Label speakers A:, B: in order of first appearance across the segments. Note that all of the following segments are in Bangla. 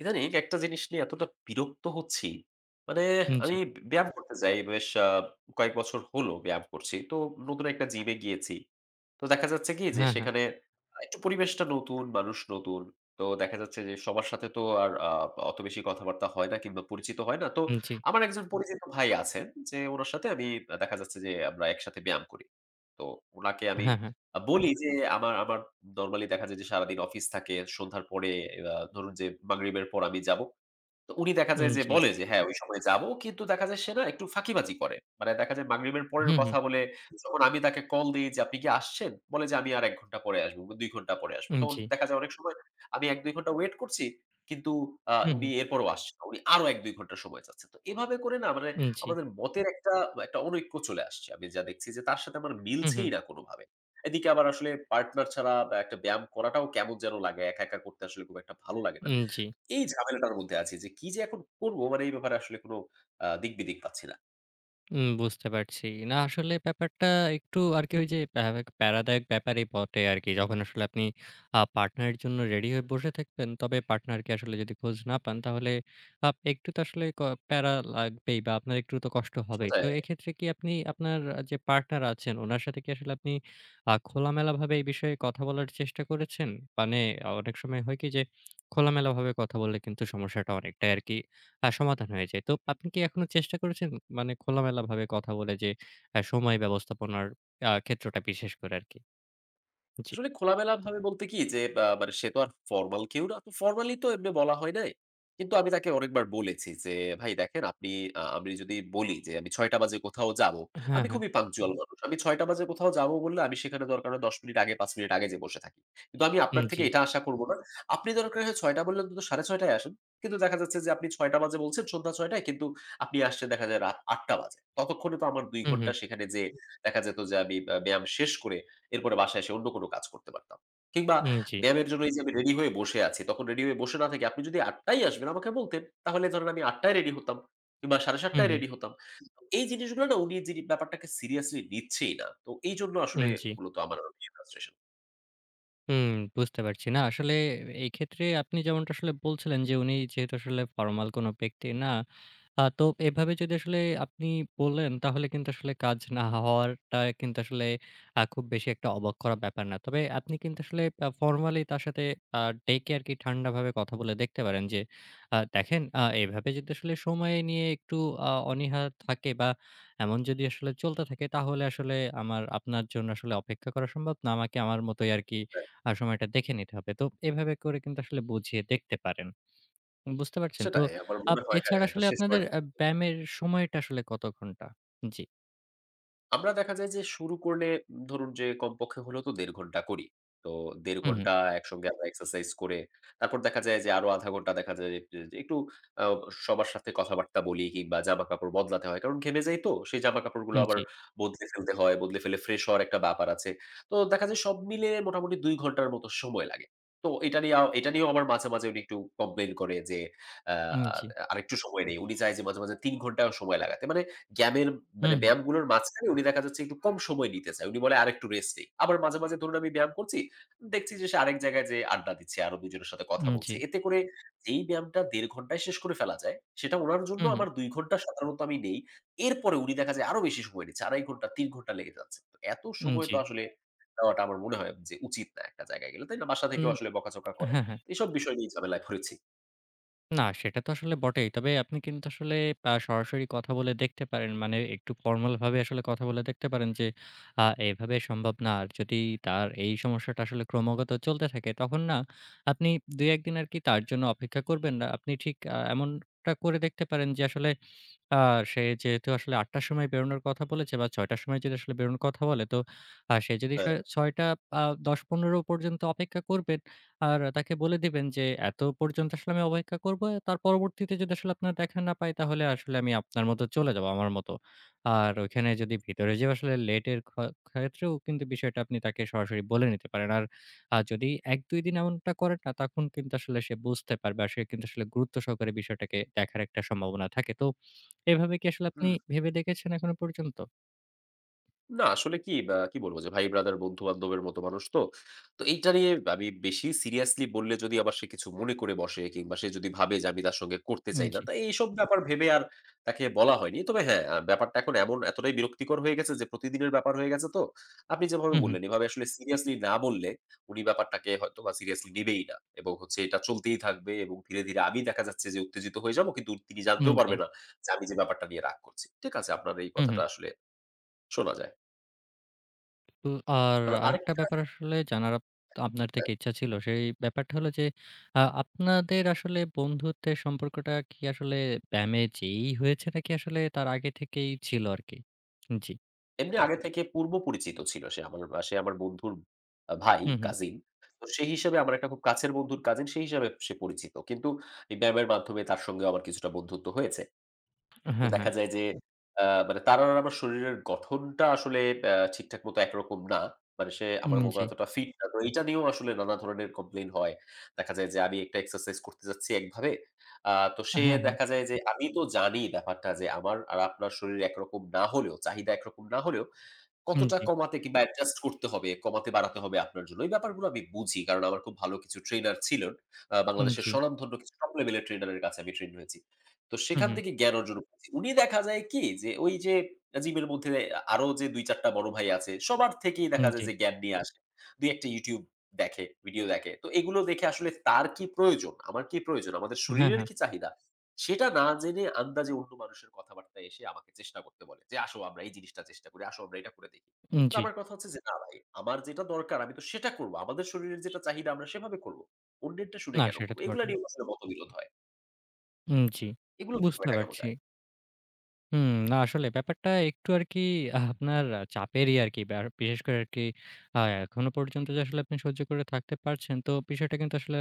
A: ইদানিং একটা জিনিস নিয়ে এতটা বিরক্ত হচ্ছি। মানে
B: জি।
A: আমি ব্যায়াম করতে যাই বেশ কয়েক বছর হলো ব্যায়াম করছি। তো নতুন একটা জিমে গিয়েছি। তো দেখা যাচ্ছে কি যে
B: হ্যাঁ, হ্যাঁ।
A: সেখানে একটু পরিবেশটা নতুন, মানুষ নতুন। তো দেখা যাচ্ছে যে সবার সাথে তো আর অত বেশি কথাবার্তা হয় না কিংবা পরিচিত হয় না। তো
B: জি।
A: আমার একজন পরিচিত ভাই আছেন যে উনার সাথে আমি দেখা যাচ্ছে যে আমরা একসাথে ব্যায়াম করি। তো উনাকে আমি
B: হ্যাঁ, হ্যাঁ।
A: বলি যে আমার আমার নরমালি দেখা যায় যে সারাদিন অফিস থাকে। সন্ধ্যার পরে ধরুন যে মাগরিবের পর আমি যাব। তো উনি দেখা যায় যে
B: জি।
A: বলে যে হ্যাঁ, ওই সময় যাবো। কিন্তু দেখা যায় সে না একটু ফাঁকিবাজি করে। মানে দেখা যায় মাগরিবের পরের
B: হুম, হুম।
A: কথা বলে যখন আমি তাকে কল দেই যে, "আপনি কি আসছেন?" বলে যে, "আমি আর ১ ঘন্টা পরে আসবো, ২ ঘন্টা পরে আসবো।" তখন
B: জি।
A: দেখা যায় অনেক সময় আমি ১-২ ঘন্টা ওয়েট করছি। কিন্তু
B: হুম,
A: উনি
B: হুম।
A: এরপরও আসছে না। উনি আরো ১-২ ঘন্টা সময় চাচ্ছে। তো এভাবে করে না মানে
B: জি।
A: আমাদের মতের একটা অনৈক্য চলে আসছে। আমি যা দেখছি যে তার সাথে আমার
B: হুম, হুম।
A: মিলছেই না কোনভাবে। এদিকে আবার আসলে পার্টনার ছাড়া বা একটা ব্যায়াম করাটাও কেমন যেন লাগে। একা, একা করতে আসলে খুব একটা ভালো লাগে না।
B: জি।
A: এই ঝামেলাটার মধ্যে আছি যে, কি যে এখন করব মানে এই ব্যাপারে আসলে কোন দিক বিদিক পাচ্ছি না।
B: বুঝতে পারছি। না আসলে ব্যাপারটা একটু আরকি ওই যে প্যারাদায়ক ব্যাপারই বটে আরকি। যখন আসলে আপনি পার্টনারের জন্য রেডি হয়ে বসে থাকবেন, তবে পার্টনারকে আসলে যদি খোঁজ না পান তাহলে একটু তো আসলে প্যারা লাগবেই বা আপনার একটু তো কষ্ট হবেই।
A: সোজা
B: তো এক্ষেত্রে কি আপনি আপনার যে পার্টনার আছেন উনার সাথে কি আসলে আপনি খোলামেলাভাবে এই বিষয়ে কথা বলার চেষ্টা করেছেন? মানে অনেক সময় হয় কি যে খোলামেলাভাবে কথা বললে কিন্তু সমস্যাটা অনেকটাই আরকি হ্যাঁ, সমাধান হয়ে যায়। তো আপনি কি এখনো চেষ্টা করেছেন মানে খোলামেলাভাবে কথা বলে যে সময় ব্যবস্থাপনার ক্ষেত্রটা বিশেষ করে আরকি? জি।
A: আসলে খোলামেলাভাবে বলতে কি যে মানে সে তো আর ফরমাল কেউ না। তো ফরমালি তো এমনি বলা হয় নাই। কিন্তু আমি তাকে অনেকবার বলেছি যে, "ভাই দেখেন আপনি আমি যদি বলি যে আমি ৬ঃ০০ বাজে কোথাও যাবো।"
B: হ্যাঁ,
A: আমি
B: হ্যাঁ।
A: খুবই পাংচুয়াল মানুষ। আমি ৬ঃ০০ বাজে কোথাও যাবো বললে আমি সেখানে দরকার হয় ১০ মিনিট আগে ৫ মিনিট আগে যেয়ে বসে থাকি। কিন্তু আমি আপনার
B: জি।
A: থেকে এটা আশা করব না। আপনি দরকার হয় ৬ঃ০০ বললে অন্তত ৬ঃ৩০ য় আসেন। কিন্তু দেখা যাচ্ছে যে আপনি ৬ঃ০০ বাজে বলছেন সন্ধ্যা ৬ঃ০০ য় কিন্তু আপনি আসছেন দেখা যায় রাত ৮ঃ০০ বাজে। ততক্ষণে তো আমার ২
B: হু, হু।
A: ঘন্টা সেখানে যেয়ে দেখা যেত যে আমি ব্যায়াম শেষ করে এরপরে বাসায় এসে অন্য কোনো কাজ করতে পারতাম। কিংবা
B: জি।
A: ব্যায়ামের জন্য এই যে আমি রেডি হয়ে বসে আছি, তখন রেডি হয়ে বসে না থেকে আপনি যদি ৮ টায় আসবেন আমাকে বলতেন, তাহলে ধরেন আমি ৮ টায় রেডি হতাম কিংবা ৭:৩০
B: হু,
A: টায়
B: হু।
A: রেডি হতাম। তো এই জিনিসগুলো না উনি যিনি ব্যাপারটাকে সিরিয়াসলি নিচ্ছেই না। তো এইজন্য আসলে
B: জি।
A: মূলত আমার আরো বেশি ফ্রাস্ট্রেশন।
B: হুম, বুঝতে পারছি। না আসলে এই ক্ষেত্রে আপনি যেমনটা আসলে বলছিলেন যে উনি যেহেতু আসলে ফরমাল কোনো ব্যক্তি না তো এভাবে যদি আসলে আপনি বললেন, তাহলে কিন্তু আসলে কাজ না হওয়ারটা কিন্তু আসলে খুব বেশি একটা অবাক করার ব্যাপার না। তবে আপনি কিন্তু আসলে ফর্মালি তার সাথে আ ডেকে আরকি ঠান্ডাভাবে কথা বলে দেখতে পারেন যে, দেখেন এভাবে যদি আসলে সময় নিয়ে একটু অনীহা থাকে বা এমন যদি আসলে চলতে থাকে, তাহলে আসলে আমার আপনার জন্য আসলে অপেক্ষা করা সম্ভব না। আমাকে আমার মতোই আরকি
A: হ্যাঁ,
B: সময়টা দেখে নিতে হবে। তো এভাবে করে কিন্তু আসলে বুঝিয়ে দেখতে পারেন। বুঝতে পারছেন। তো
A: সেটাই আমার মনে হয়। হ্যাঁ,
B: এছাড়া
A: এটা
B: আসলে
A: শেষ
B: আপনাদের
A: ওয়ার্নিং।
B: ব্যায়ামের সময়টা আসলে কত ঘন্টা? জি।
A: আমরা দেখা যায় যে শুরু করলে ধরুন যে কমপক্ষে হলেও তো ১.৫ ঘন্টা করি। তো ১.৫
B: হুম, হুম।
A: ঘন্টা একসঙ্গে আমরা এক্সারসাইজ করে তারপর দেখা যায় যে আরো ০.৫ ঘন্টা দেখা যায় যে যে একটু আ সবার সাথে কথাবার্তা বলি কিংবা জামাকাপড় বদলাতে হয়। কারণ ঘেমে যাই তো সেই জামাকাপড়গুলো আবার
B: জি,
A: বদলে ফেলতে হয়। বদলে ফেলে ফ্রেশ হওয়ার একটা ব্যাপার আছে। তো দেখা যায় সব মিলে মোটামুটি ২ ঘন্টার মতো সময় লাগে। তো এটা নিয়েও আমার মাঝে, মাঝে উনি একটু কমপ্লেইন করে যে আ আ
B: জি।
A: আরেকটু সময় নেই। উনি চায় যে মাঝে, মাঝে ৩ ঘন্টাও সময় লাগাতে। মানে ব্যায়ামের
B: হুম,
A: মানে
B: হুম।
A: ব্যায়ামগুলোর মাঝখানে উনি দেখা যাচ্ছে একটু কম সময় নিতে চায়। উনি বলে আরেকটু রেস্ট নেই। আবার মাঝে, মাঝে ধরুন আমি ব্যায়াম করছি। দেখছি যে সে আরেক জায়গায় যেয়ে আড্ডা দিচ্ছে। আরো ২ জনের সাথে কথা
B: জি।
A: বলছে। এতে করে যেই ব্যায়ামটা ১.৫ ঘন্টায় শেষ করে ফেলা যায়, সেটা উনার জন্য
B: হুম, হুম।
A: আমার ২ ঘন্টা সাধারণত আমি নেই। এরপরে উনি দেখা যায় আরো বেশি সময় নিচ্ছে। ২.৫ ঘন্টা ৩ ঘন্টা লেগে যাচ্ছে। তো এত সময়
B: জি।
A: তো আসলে দেওয়াটা আমার মনে হয় যে উচিত না একটা জায়গায় গেলে। তাই না? বাসা
B: উম
A: থেকেও আসলে বকাঝকা করে।
B: হ্যাঁ, হ্যাঁ।
A: এসব বিষয় নিয়ে ঝামেলায় পড়েছি।
B: না সেটা তো আসলে বটেই। তবে আপনি কিন্তু আসলে সরাসরি কথা বলে দেখতে পারেন। মানে একটু ফর্মাল ভাবে আসলে কথা বলে দেখতে পারেন যে আ এভাবে সম্ভব না। আর যদি তার এই সমস্যাটা আসলে ক্রমাগত চলতে থাকে তখন না আপনি ২-১ দিন আরকি তার জন্য অপেক্ষা করবেন না। আপনি ঠিক এমনটা করে দেখতে পারেন যে আসলে আ সে যেহেতু আসলে ৮ টার সময় বেরোনোর কথা বলেছে বা ৬ টার সময় যদি আসলে বেরোনোর কথা বলে, তো সে যদি
A: হ্যাঁ।
B: ৬টা ১০-১৫ পর্যন্ত অপেক্ষা করবেন। আর তাকে বলে দিবেন যে, "এত পর্যন্ত আসলে আমি অপেক্ষা করব। তার পরবর্তীতে যদি আসলে আপনার দেখা না পাই, তাহলে আসলে আমি আপনার মতো চলে যাব, আমার মতো।" আর ওইখানে যদি ভিতরে যেয়ে আসলে লেটের ক্ষেত্রেও কিন্তু বিষয়টা আপনি তাকে সরাসরি বলে নিতে পারেন। আর যদি ১-২ দিন এমনটা করেন না, তখন কিন্তু আসলে সে বুঝতে পারবে। আর সে কিন্তু আসলে গুরুত্ব সহকারে বিষয়টাকে দেখার একটা সম্ভাবনা থাকে। তো এভাবে কি আসলে আপনি
A: হুম।
B: ভেবে দেখেছেন এখনো পর্যন্ত?
A: না আসলে কি বা কি বলব যে ভাই ব্রাদার বন্ধু-বান্ধবের মতো মানুষ তো। তো এইটা নিয়ে আমি বেশি সিরিয়াসলি বললে যদি আবার সে কিছু মনে করে বসে কিংবা সে যদি ভাবে যে আমি তার সঙ্গে করতে চাই
B: জি।
A: না। তাই এইসব ব্যাপার ভেবে আর তাকে বলা হয়নি। তবে হ্যাঁ, ব্যাপারটা এখন এমন এতটাই বিরক্তিকর হয়ে গেছে যে প্রতিদিনের ব্যাপার হয়ে গেছে তো। আপনি যেভাবে
B: হুম, হুম।
A: বললেন এভাবে আসলে সিরিয়াসলি না বললে উনি ব্যাপারটাকে হয়তোবা সিরিয়াসলি নিবেই না। এবং হচ্ছে এটা চলতেই থাকবে এবং ধীরে, ধীরে আমি দেখা যাচ্ছে যে উত্তেজিত হয়ে যাবো কিন্তু তিনি জানতেও
B: জি।
A: পারবে না যে আমি যে ব্যাপারটা নিয়ে রাগ করছি। ঠিক আছে, আপনার এই
B: হুম, হুম।
A: কথাটা আসলে শোনা যায়।
B: তো আর
A: আবার
B: আরেকটা
A: আরেকটা
B: ব্যাপার আসলে জানার আপনার থেকে ইচ্ছা ছিল। সেই ব্যাপারটা হলো যে আপনাদের আসলে বন্ধুত্বের সম্পর্কটা কি আসলে ব্যামে যেয়েই হয়েছে নাকি আসলে তার আগে থেকেই ছিল আরকি? জি।
A: এমনি আগে থেকে পূর্ব পরিচিত ছিল সে। আমার সে আমার বন্ধুর ভাই,
B: হুম, হুম।
A: কাজিন। তো সেই হিসেবে আমার একটা খুব কাছের বন্ধুর কাজিন, সেই হিসাবে সে পরিচিত। কিন্তু এই ব্যায়ামের মাধ্যমে তার সঙ্গেও আমার কিছুটা বন্ধুত্ব হয়েছে।
B: হ্যাঁ,
A: তো
B: হ্যাঁ।
A: দেখা যায় যে আ মানে তার আর আমার শরীরের গঠনটা আসলে ঠিকঠাক মতো একরকম না। মানে সে আমার মতো
B: জি।
A: এতটা ফিট না। তো এইটা নিয়েও আসলে নানা ধরনের কমপ্লেইন হয়। দেখা যায় যে আমি একটা এক্সারসাইজ করতে যাচ্ছি একভাবে। আ তো সে
B: হ্যাঁ, হ্যাঁ।
A: দেখা যায় যে আমি তো জানি ব্যাপারটা যে আমার আর আপনার শরীর একরকম না হলেও চাহিদা একরকম না হলেও কতটা
B: জি,
A: কমাতে কিংবা অ্যাডজাস্ট করতে হবে, কমাতে বাড়াতে হবে আপনার জন্য? এই ব্যাপারগুলো আমি বুঝি। কারণ আমার খুব ভালো কিছু ট্রেনার ছিলেন। বাংলাদেশের
B: জি।
A: স্বনামধন্য কিছু টপ লেভেলের ট্রেনারের কাছে আমি ট্রেন্ড হয়েছি। তো
B: হুম,
A: সেখান
B: হুম।
A: থেকে জ্ঞান অর্জন করেছি। উনি দেখা যায় কি যে ওই যে জিমের মধ্যে আরো যে ২-৪ টা বড় ভাই আছে সবার থেকেই দেখা
B: জি।
A: যায় যে জ্ঞান নিয়ে আসে। ২-১ টা YouTube দেখে, ভিডিও দেখে। তো এগুলো দেখে আসলে তার কি প্রয়োজন? আমার কি প্রয়োজন? আমাদের
B: হ্যাঁ,
A: শরীরের
B: হ্যাঁ।
A: কি চাহিদা? সেটা না জেনে আন্দাজে অন্য মানুষের কথাবার্তায় এসে আমাকে চেষ্টা করতে বলে যে, "আসো আমরা এই জিনিসটা চেষ্টা করি, আসো আমরা এটা করে দেখি।" তো
B: জি।
A: আমার কথা হচ্ছে যে, "না ভাই, আমার যেটা দরকার আমি তো সেটা করব। আমাদের শরীরের যেটা চাহিদা আমরা সেভাবে করব। অন্যেরটা শুনে
B: না
A: কেন
B: সেটা
A: করব?"
B: তো
A: এগুলা
B: বটেই।
A: নিয়েও আসলে মতবিরোধ হয়।
B: জি।
A: এগুলো
B: বুঝতে
A: কিভাবে ঠেকানো
B: পারছি।
A: যায়?
B: হুম, না আসলে ব্যাপারটা একটু আরকি আপনার চাপেরই আরকি। বিশেষ করে আরকি এখনো পর্যন্ত যে আসলে আপনি সহ্য করে থাকতে পারছেন, তো বিষয়টা কিন্তু আসলে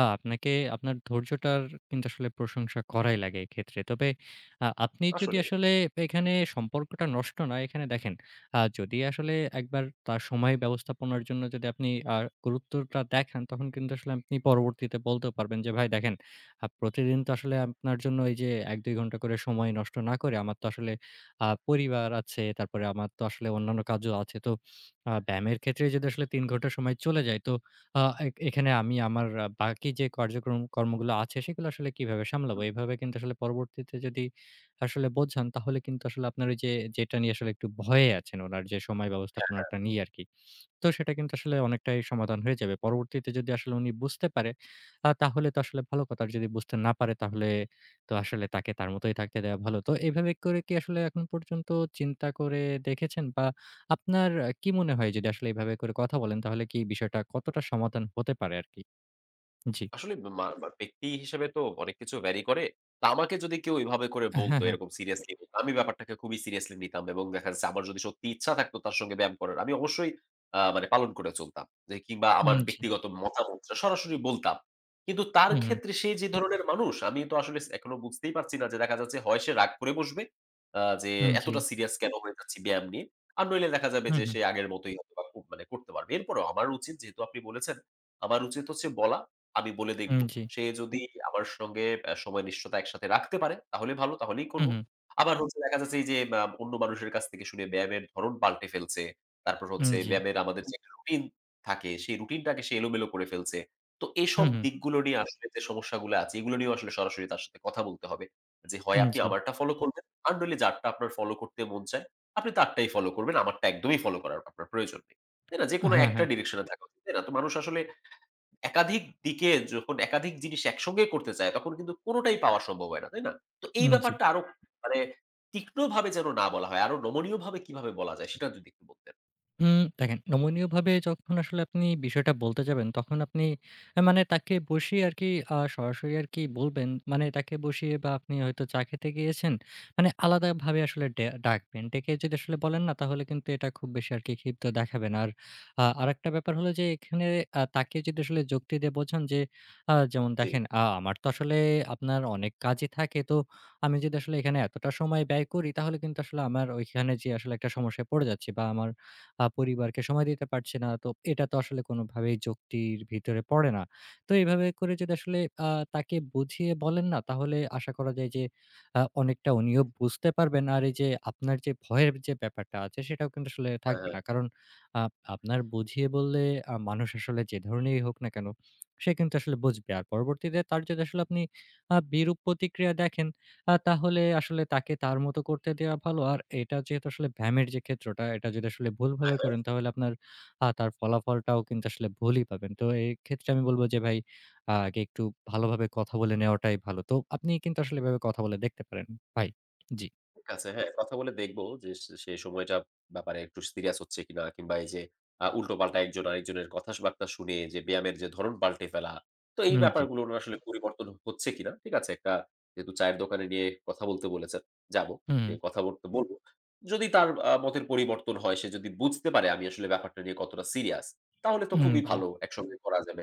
B: আপনাকে আপনার ধৈর্যটার কিন্তু আসলে প্রশংসা করাই লাগে এক্ষেত্রে। তবে আপনি যদি
A: আসলে।
B: আসলে এখানে সম্পর্কটা নষ্ট না, এখানে দেখেন যদি আসলে একবার তার সময় ব্যবস্থাপনার জন্য যদি আপনি আ গুরুত্বটা দেখান, তখন কিন্তু আসলে আপনি পরবর্তীতে বলতেও পারবেন যে, "ভাই দেখেন প্রতিদিন তো আসলে আপনার জন্য এই যে ১-২ ঘন্টা করে সময় নষ্ট না করে আমার তো আসলে পরিবার আছে, তারপরে আমার তো আসলে অন্যান্য কাজও আছে। তো ব্যায়ামের ক্ষেত্রে যদি আসলে ৩ ঘন্টা সময় চলে যায় তো আ এখানে আমি আমার বাকি যে কার্যক্রম কর্মগুলো আছে সেগুলো আসলে কিভাবে সামলাবো? এভাবে কিন্তু আসলে পরবর্তীতে যদি আসলে বোঝান তাহলে কিন্তু আসলে আপনার ওই যে যেটা নিয়ে আসলে একটু ভয়ে আছেন উনার যে সময় ব্যবস্থাপনাটা নিয়ে আরকি। তো সেটা কিন্তু আসলে অনেকটাই সমাধান হয়ে যাবে। পরবর্তীতে যদি আসলে উনি বুঝতে পারে, তাহলে তো আসলে ভালো কথা। আর যদি বুঝতে না পারে তাহলে তো আসলে তাকে তার মতোই থাকতে দেওয়া ভালো। তো এভাবে করে কি আসলে এখন পর্যন্ত চিন্তা করে দেখেছেন? বা আপনার কি মনে হয় যদি আসলে এভাবে করে কথা বলেন তাহলে কি বিষয়টা কতটা সমাধান হতে পারে আরকি? জি।
A: আসলে মা মা ব্যক্তি হিসেবে তো অনেক কিছু ভ্যারি করে। তা আমাকে যদি কেউ এভাবে করে
B: হ্যাঁ,
A: বলতো
B: হ্যাঁ।
A: এরকম সিরিয়াসলি আমি ব্যাপারটাকে খুবই সিরিয়াসলি নিতাম এবং দেখা যাচ্ছে আমার যদি সত্যি ইচ্ছা থাকতো তার সঙ্গে ব্যায়াম করার আমি অবশ্যই মানে পালন করে চলতাম। যে কিংবা আমার
B: জি।
A: ব্যক্তিগত মতামত সরাসরি বলতাম। কিন্তু তার
B: হুম, হুম।
A: ক্ষেত্রে সে যে ধরনের মানুষ আমি তো আসলে এখনো বুঝতেই পারছি না যে দেখা যাচ্ছে হয় সে রাগ করে বসবে যে
B: জি।
A: এতটা সিরিয়াস কেন হয়ে যাচ্ছি ব্যায়াম নিয়ে। আর নইলে দেখা যাবে
B: হুম,
A: যে
B: হুম।
A: সে আগের মতোই হয়তোবা খুব মানে করতে পারবে। এরপরেও আমার উচিত যেহেতু আপনি বলেছেন, আমার উচিত হচ্ছে বলা আমি বলে দেখব।
B: জি।
A: সে যদি আমার সঙ্গে সময় নিশ্চয়তা একসাথে রাখতে পারে, তাহলে ভালো, তাহলেই
B: হুম,
A: করব।
B: হুম।
A: আবার হচ্ছে দেখা যাচ্ছে এই যে অন্য মানুষের কাছ থেকে শুনে ব্যায়ামের ধরন পাল্টে ফেলছে। তারপর হচ্ছে
B: জি।
A: ব্যায়ামের আমাদের যে একটা রুটিন থাকে, সেই রুটিনটাকে সে এলোমেলো করে ফেলছে। তো এসব
B: হুম, হুম।
A: দিকগুলো নিয়ে আসলে যে সমস্যাগুলো আছে, এগুলো নিয়েও আসলে সরাসরি তার সাথে কথা বলতে হবে। যে হয় আপনি
B: জি।
A: আমারটা ফলো করবেন, আর নইলে যারটা আপনার ফলো করতে মন চায়, আপনি তারটাই ফলো করবেন। আমারটা একদমই ফলো করার আপনার প্রয়োজন নেই। তাই না? যেকোনো
B: হ্যাঁ,
A: একটা
B: হ্যাঁ।
A: ডিরেকশন এ থাকা উচিত। তাই না? তো মানুষ আসলে একাধিক দিকে যখন একাধিক জিনিস একসঙ্গে করতে চায় তখন কিন্তু কোনটাই পাওয়া সম্ভব হয় না, তাই না? তো এই
B: জি।
A: ব্যাপারটা আরো মানে তীক্ষ্ণভাবে যেন না বলা হয়, আরো নমনীয়ভাবে কিভাবে বলা যায় সেটা যদি একটু বলতেন।
B: হুম, দেখেন নমনীয়ভাবে যখন আসলে আপনি বিষয়টা বলতে যাবেন, তখন আপনি মানে তাকে বসিয়ে আরকি সরাসরি আরকি বলবেন। মানে তাকে বসিয়ে বা আপনি হয়তো চা খেতে গিয়েছেন, মানে আলাদাভাবে আসলে ডাকবেন। ডেকে যদি আসলে বলেন না, তাহলে কিন্তু এটা খুব বেশি আরকি ক্ষিপ্ত দেখাবে না। আর আরেকটা ব্যাপার হলো যে এখানে তাকে যদি আসলে যুক্তি দিয়ে বোঝান যে যেমন
A: জি।
B: দেখেন, আমার তো আসলে আপনার অনেক কাজই থাকে। তো আমি যদি আসলে এখানে এতটা সময় ব্যয় করি, তাহলে কিন্তু আসলে আমার ওইখানে যেয়ে আসলে একটা সমস্যায় পড়ে যাচ্ছি বা আমার পরিবারকে সময় দিতে পারছি না। তো এটা তো আসলে কোনোভাবেই যুক্তির ভিতরে পড়ে না। তো এভাবে করে যদি আসলে আ তাকে বুঝিয়ে বলেন না, তাহলে আশা করা যায় যে অনেকটা উনিও বুঝতে পারবেন। আর এই যে আপনার যে ভয়ের যে ব্যাপারটা আছে, সেটাও কিন্তু আসলে
A: হ্যাঁ,
B: থাকবে
A: হ্যাঁ।
B: না। কারণ আ আপনার বুঝিয়ে বললে মানুষ আসলে যে ধরনেরই হোক না কেন, সে কিন্তু আসলে বুঝবে। আর পরবর্তীতে তার যদি আসলে আপনি বিরূপ প্রতিক্রিয়া দেখেন, তাহলে আসলে তাকে তার মতো করতে দেওয়া ভালো। আর এটা যেহেতু আসলে ব্যায়ামের যে ক্ষেত্রটা, এটা যদি আসলে
A: হ্যাঁ,
B: ভুলভাবে
A: হ্যাঁ।
B: করেন তাহলে আপনার তার ফলাফলটাও কিন্তু আসলে ভুলই পাবেন। তো এক্ষেত্রে আমি বলব যে ভাই আগে একটু ভালোভাবে কথা বলে নেওয়াটাই ভালো। তো আপনি কিন্তু আসলে এভাবে কথা বলে দেখতে পারেন ভাই। জি।
A: ঠিক আছে। হ্যাঁ, কথা বলে দেখব যে সে সেই সময়টা ব্যাপারে একটু সিরিয়াস হচ্ছে কিনা কিংবা এই যে উল্টোপাল্টা একজন আরেকজনের কথা বার্তা শুনে যে ব্যায়ামের যে ধরন পাল্টে ফেলা। তো এই
B: হুম, জি।
A: ব্যাপারগুলো হুম। আসলে পরিবর্তন হচ্ছে কিনা। ঠিক আছে? একটা যেহেতু চায়ের দোকানে নিয়ে কথা বলতে বলেছেন, যাব।
B: হুম,
A: যে কথা বলতে বলব। যদি তার মতের পরিবর্তন হয়, সে যদি বুঝতে পারে আমি আসলে ব্যাপারটা নিয়ে কতটা সিরিয়াস তাহলে তো
B: হুম,
A: খুবই
B: জি।
A: ভালো। হুম। একসঙ্গে করা যাবে।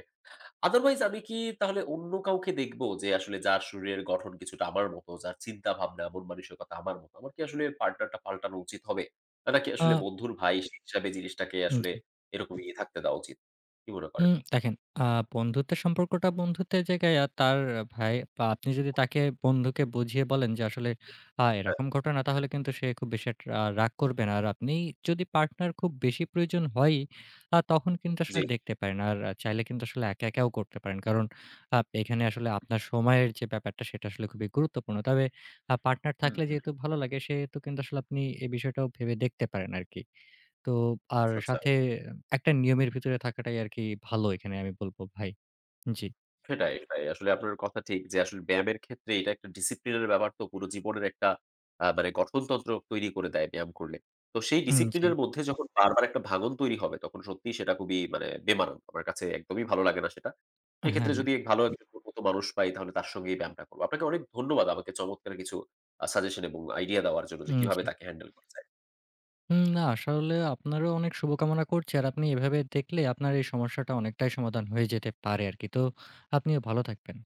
A: আদারওয়াইজ আমি কি তাহলে অন্য কাউকে দেখব যে আসলে যার শরীরের গঠন কিছুটা আমার মতো, যার চিন্তাভাবনা, মন-মানসিকতা আমার মতো। আমার কি আসলে পার্টনারটা পাল্টানো উচিত হবে? নাকি
B: আ
A: আসলে বন্ধুর ভাই সে হিসাবে জিনিসটাকে আসলে
B: জি।
A: এরকমই থাকতে দেওয়া উচিত? কি মনে করেন?
B: হুম, দেখেন আ বন্ধুত্বের সম্পর্কটা বন্ধুত্বের জায়গায় আর তার ভাই বা আপনি যদি তাকে বন্ধুকে বুঝিয়ে বলেন যে আসলে
A: হ্যাঁ,
B: এরকম ঘটনা তাহলে কিন্তু সে খুব বেশি একটা রাগ করবে না। আর আপনি যদি পার্টনার খুব বেশি প্রয়োজন হয়ই তখন কিন্তু আসলে
A: জি।
B: দেখতে পারেন। আর চাইলে কিন্তু আসলে একা, একাও করতে পারেন। কারণ এখানে আসলে আপনার সময়ের যে ব্যাপারটা সেটা আসলে খুবই গুরুত্বপূর্ণ। তবে পার্টনার
A: হুম,
B: থাকলে
A: হুম।
B: যেহেতু ভালো লাগে সেহেতু কিন্তু আসলে আপনি এই বিষয়টাও ভেবে দেখতে পারেন আরকি। তো আর
A: আচ্ছা, আচ্ছা।
B: সাথে একটা নিয়মের ভিতরে থাকাটাই আরকি ভালো এখানে আমি বলব ভাই। জি।
A: সেটাই, সেটাই। আসলে আপনার কথা ঠিক যে আসলে ব্যায়ামের ক্ষেত্রে এটা একটা ডিসিপ্লিনের ব্যাপার তো পুরো জীবনের একটা মানে গঠনতন্ত্র তৈরি করে দেয় ব্যায়াম করলে। তো সেই
B: জি।
A: ডিসিপ্লিনের মধ্যে যখন বারবার একটা ভাঙন তৈরি হবে তখন সত্যিই সেটা খুবই মানে বেমানান। আমার কাছে একদমই ভালো লাগে না সেটা।
B: হ্যাঁ,
A: সেক্ষেত্রে
B: হ্যাঁ।
A: যদি ভালো হুম। একজন গুণগত মানুষ পাই তাহলে তার সঙ্গেই ব্যায়ামটা করব। আপনাকে অনেক ধন্যবাদ আমাকে চমৎকার কিছু সাজেশন এবং আইডিয়া দেওয়ার জন্য যে কিভাবে
B: জি।
A: তাকে হ্যান্ডেল করা যায়।
B: না আসলে আপনারও অনেক শুভকামনা করছি। আর আপনি এভাবে দেখলে আপনার এই সমস্যাটা অনেকটাই সমাধান হয়ে যেতে পারে আরকি। তো আপনিও ভালো থাকবেন।